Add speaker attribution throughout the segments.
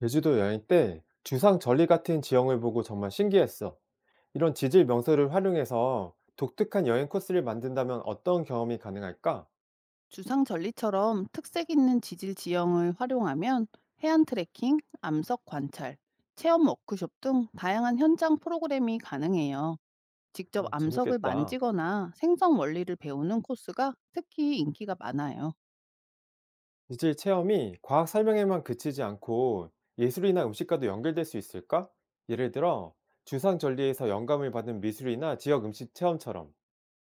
Speaker 1: 제주도 여행 때 주상 절리 같은 지형을 보고 정말 신기했어. 이런 지질 명소를 활용해서 독특한 여행 코스를 만든다면 어떤 경험이 가능할까?
Speaker 2: 주상 전리처럼 특색 있는 지질 지형을 활용하면 해안 트레킹, 암석 관찰, 체험 워크숍 등 다양한 현장 프로그램이 가능해요. 직접
Speaker 1: 어,
Speaker 2: 암석을
Speaker 1: 재밌겠다.
Speaker 2: 만지거나 생성 원리를 배우는 코스가 특히 인기가 많아요.
Speaker 1: 지질 체험이 과학 설명에만 그치지 않고 예술이나 음식과도 연결될 수 있을까? 예를 들어 주상 절리에서 영감을 받은 미술이나 지역 음식 체험처럼.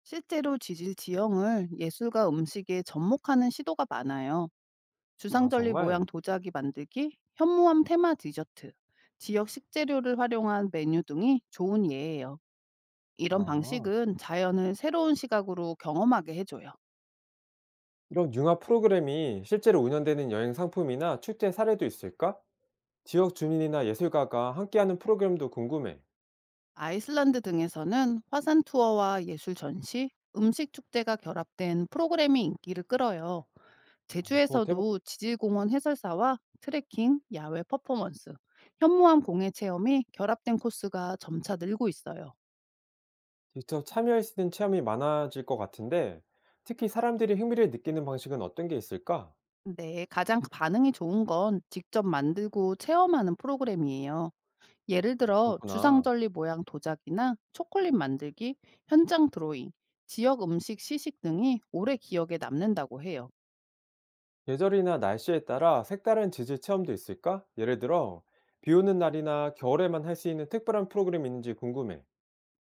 Speaker 2: 실제로 지질 지형을 예술과 음식에 접목하는 시도가 많아요.
Speaker 1: 아,
Speaker 2: 주상절리 모양
Speaker 1: 정말?
Speaker 2: 도자기 만들기, 현무암 테마 디저트, 지역 식재료를 활용한 메뉴 등이 좋은 예예요. 이런
Speaker 1: 아,
Speaker 2: 방식은 자연을 새로운 시각으로 경험하게 해줘요.
Speaker 1: 이런 융합 프로그램이 실제로 운영되는 여행 상품이나 축제 사례도 있을까? 지역 주민이나 예술가가 함께하는 프로그램도 궁금해.
Speaker 2: 아이슬란드 등에서는 화산 투어와 예술 전시, 음식 축제가 결합된 프로그램이 인기를 끌어요.
Speaker 1: 그거 해보-
Speaker 2: 제주에서도 지질공원 해설사와 트레킹, 야외 퍼포먼스, 현무암 공예 체험이 결합된 코스가 점차 늘고 있어요.
Speaker 1: 직접 참여할 수 있는 체험이 많아질 것 같은데, 특히 사람들이 흥미를 느끼는 방식은 어떤 게 있을까?
Speaker 2: 근데 가장 반응이 좋은 건 직접 만들고 체험하는 프로그램이에요. 예를 들어
Speaker 1: 그렇구나.
Speaker 2: 주상절리 모양 도자기나 초콜릿 만들기, 현장 드로잉, 지역 음식 시식 등이 오래 기억에 남는다고 해요.
Speaker 1: 계절이나 날씨에 따라 색다른 지질 체험도 있을까? 예를 들어, 비 오는 날이나 겨울에만 할 수 있는 특별한 프로그램이 있는지 궁금해.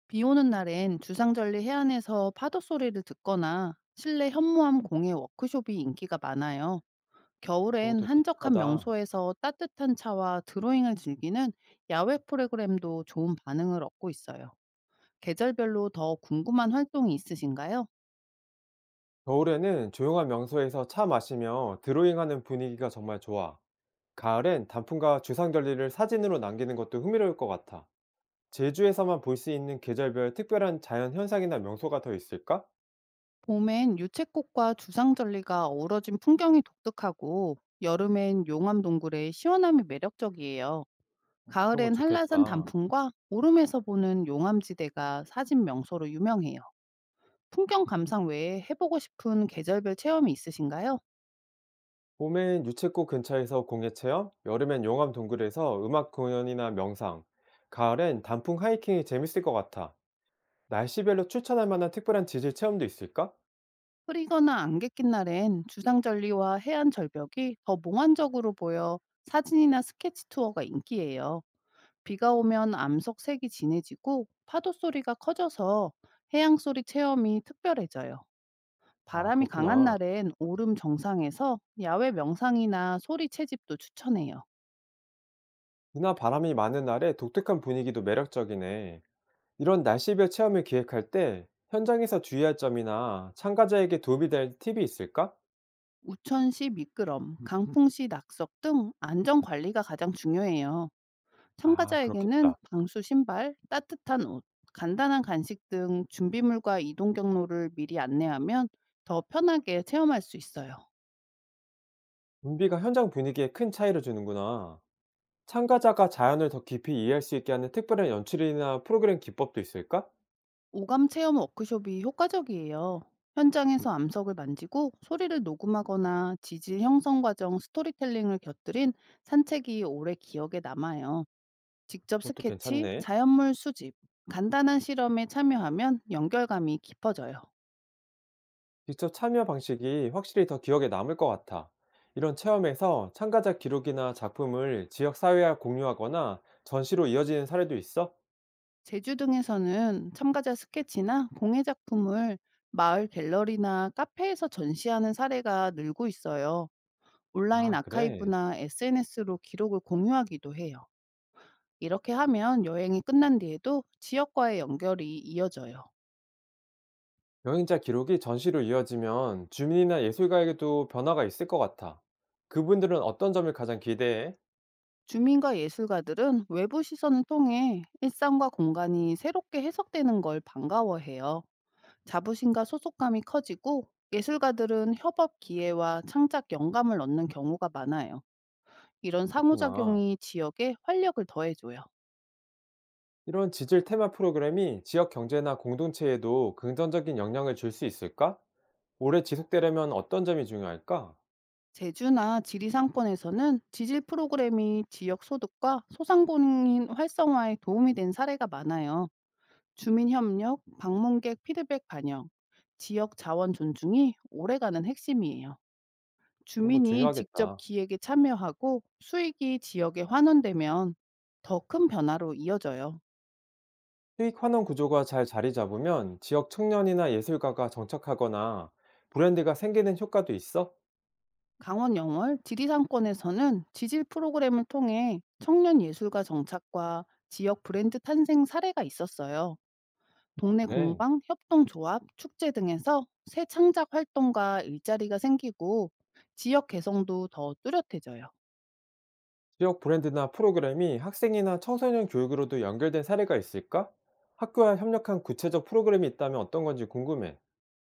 Speaker 2: 비 오는 날엔 주상절리 해안에서 파도 소리를 듣거나 실내 현무암 공예 워크숍이 인기가 많아요. 겨울엔
Speaker 1: 그것도
Speaker 2: 한적한
Speaker 1: 독특하다.
Speaker 2: 명소에서 따뜻한 차와 드로잉을 즐기는 야외 프로그램도 좋은 반응을 얻고 있어요. 계절별로 더 궁금한 활동이 있으신가요?
Speaker 1: 겨울에는 조용한 명소에서 차 마시며 드로잉하는 분위기가 정말 좋아. 가을엔 단풍과 주상절리를 사진으로 남기는 것도 흥미로울 것 같아. 제주에서만 볼 수 있는 계절별 특별한 자연 현상이나 명소가 더 있을까?
Speaker 2: 봄엔 유채꽃과 주상절리가 어우러진 풍경이 독특하고 여름엔 용암 동굴의 시원함이 매력적이에요.
Speaker 1: 그런 거
Speaker 2: 가을엔 한라산
Speaker 1: 좋겠다.
Speaker 2: 단풍과 오름에서 보는 용암지대가 사진 명소로 유명해요. 풍경 감상 외에 해보고 싶은 계절별 체험이 있으신가요?
Speaker 1: 봄엔 유채꽃 근처에서 공예 체험, 여름엔 용암 동굴에서 음악 공연이나 명상, 가을엔 단풍 하이킹이 재밌을 것 같아. 날씨별로 추천할 만한 특별한 지질 체험도 있을까?
Speaker 2: 흐리거나 안개 낀 날엔 주상절리와 해안 절벽이 더 몽환적으로 보여 사진이나 스케치 투어가 인기예요. 비가 오면 암석색이 진해지고 파도 소리가 커져서 해양 소리 체험이 특별해져요.
Speaker 1: 아,
Speaker 2: 바람이 강한
Speaker 1: 그렇구나.
Speaker 2: 날엔 오름 정상에서 야외 명상이나 소리 채집도 추천해요.
Speaker 1: 비나 바람이 많은 날에 독특한 분위기도 매력적이네. 이런 날씨별 체험을 기획할 때 현장에서 주의할 점이나 참가자에게 도움이 될 팁이 있을까?
Speaker 2: 우천 시 미끄럼, 강풍 시 낙석 등 안전 관리가 가장 중요해요.
Speaker 1: 아,
Speaker 2: 참가자에게는
Speaker 1: 그렇겠다.
Speaker 2: 방수 신발, 따뜻한 옷, 간단한 간식 등 준비물과 이동 경로를 미리 안내하면 더 편하게 체험할 수 있어요.
Speaker 1: 좀비가 현장 분위기에 큰 차이를 주는구나. 참가자가 자연을 더 깊이 이해할 수 있게 하는 특별한 연출이나 프로그램 기법도 있을까?
Speaker 2: 오감 체험 워크숍이 효과적이에요. 현장에서 암석을 만지고 소리를 녹음하거나 지질 형성 과정 스토리텔링을 곁들인 산책이 오래 기억에 남아요. 직접
Speaker 1: 그것도
Speaker 2: 스케치,
Speaker 1: 괜찮네.
Speaker 2: 자연물 수집, 간단한 실험에 참여하면 연결감이 깊어져요.
Speaker 1: 직접 참여 방식이 확실히 더 기억에 남을 것 같아. 이런 체험에서 참가자 기록이나 작품을 지역 사회와 공유하거나 전시로 이어지는 사례도 있어?
Speaker 2: 제주 등에서는 참가자 스케치나 공예 작품을 마을 갤러리나 카페에서 전시하는 사례가 늘고 있어요. 온라인
Speaker 1: 아, 그래.
Speaker 2: 아카이브나 SNS로 기록을 공유하기도 해요. 이렇게 하면 여행이 끝난 뒤에도 지역과의 연결이 이어져요.
Speaker 1: 여행자 기록이 전시로 이어지면 주민이나 예술가에게도 변화가 있을 것 같아. 그분들은 어떤 점을 가장 기대해?
Speaker 2: 주민과 예술가들은 외부 시선을 통해 일상과 공간이 새롭게 해석되는 걸 반가워해요. 자부심과 소속감이 커지고 예술가들은 협업 기회와 창작 영감을 얻는 경우가 많아요. 이런
Speaker 1: 그렇구나.
Speaker 2: 상호작용이 지역에 활력을 더해줘요.
Speaker 1: 이런 지질 테마 프로그램이 지역 경제나 공동체에도 긍정적인 영향을 줄 수 있을까? 오래 지속되려면 어떤 점이 중요할까?
Speaker 2: 제주나 지리상권에서는 지질 프로그램이 지역 소득과 소상공인 활성화에 도움이 된 사례가 많아요. 주민협력, 방문객 피드백 반영, 지역 자원 존중이 오래가는 핵심이에요.
Speaker 1: 그런 거
Speaker 2: 주민이 직접
Speaker 1: 중요하겠다.
Speaker 2: 기획에 참여하고 수익이 지역에 환원되면 더 큰 변화로 이어져요.
Speaker 1: 수익 환원 구조가 잘 자리 잡으면 지역 청년이나 예술가가 정착하거나 브랜드가 생기는 효과도 있어?
Speaker 2: 강원 영월 지리산권에서는 지질 프로그램을 통해 청년 예술가 정착과 지역 브랜드 탄생 사례가 있었어요. 동네
Speaker 1: 그래.
Speaker 2: 공방, 협동조합, 축제 등에서 새 창작 활동과 일자리가 생기고 지역 개성도 더 뚜렷해져요.
Speaker 1: 지역 브랜드나 프로그램이 학생이나 청소년 교육으로도 연결된 사례가 있을까? 학교와 협력한 구체적 프로그램이 있다면 어떤 건지 궁금해.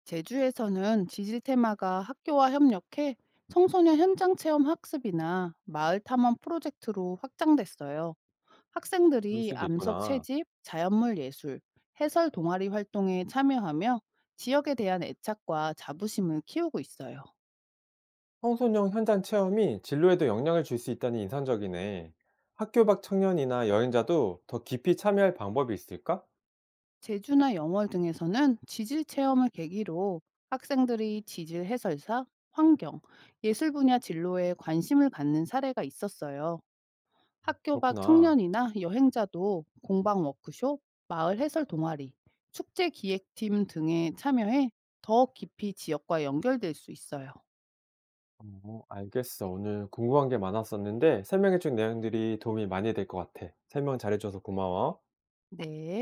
Speaker 2: 제주에서는 지질 테마가 학교와 협력해 청소년 현장 체험 학습이나 마을 탐험 프로젝트로 확장됐어요.
Speaker 1: 그럴
Speaker 2: 학생들이
Speaker 1: 수도
Speaker 2: 암석
Speaker 1: 있구나.
Speaker 2: 채집, 자연물 예술, 해설 동아리 활동에 참여하며 지역에 대한 애착과 자부심을 키우고 있어요.
Speaker 1: 청소년 현장 체험이 진로에도 영향을 줄 수 있다니 인상적이네. 학교 밖 청년이나 여행자도 더 깊이 참여할 방법이 있을까?
Speaker 2: 제주나 영월 등에서는 지질 체험을 계기로 학생들이 지질 해설사, 환경, 예술 분야 진로에 관심을 갖는 사례가 있었어요. 학교 밖
Speaker 1: 그렇구나.
Speaker 2: 청년이나 여행자도 공방 워크숍, 마을 해설 동아리, 축제 기획팀 등에 참여해 더 깊이 지역과 연결될 수 있어요.
Speaker 1: 어, 알겠어. 오늘 궁금한 게 많았었는데 설명해준 내용들이 도움이 많이 될 것 같아. 설명 잘해줘서 고마워.
Speaker 2: 네.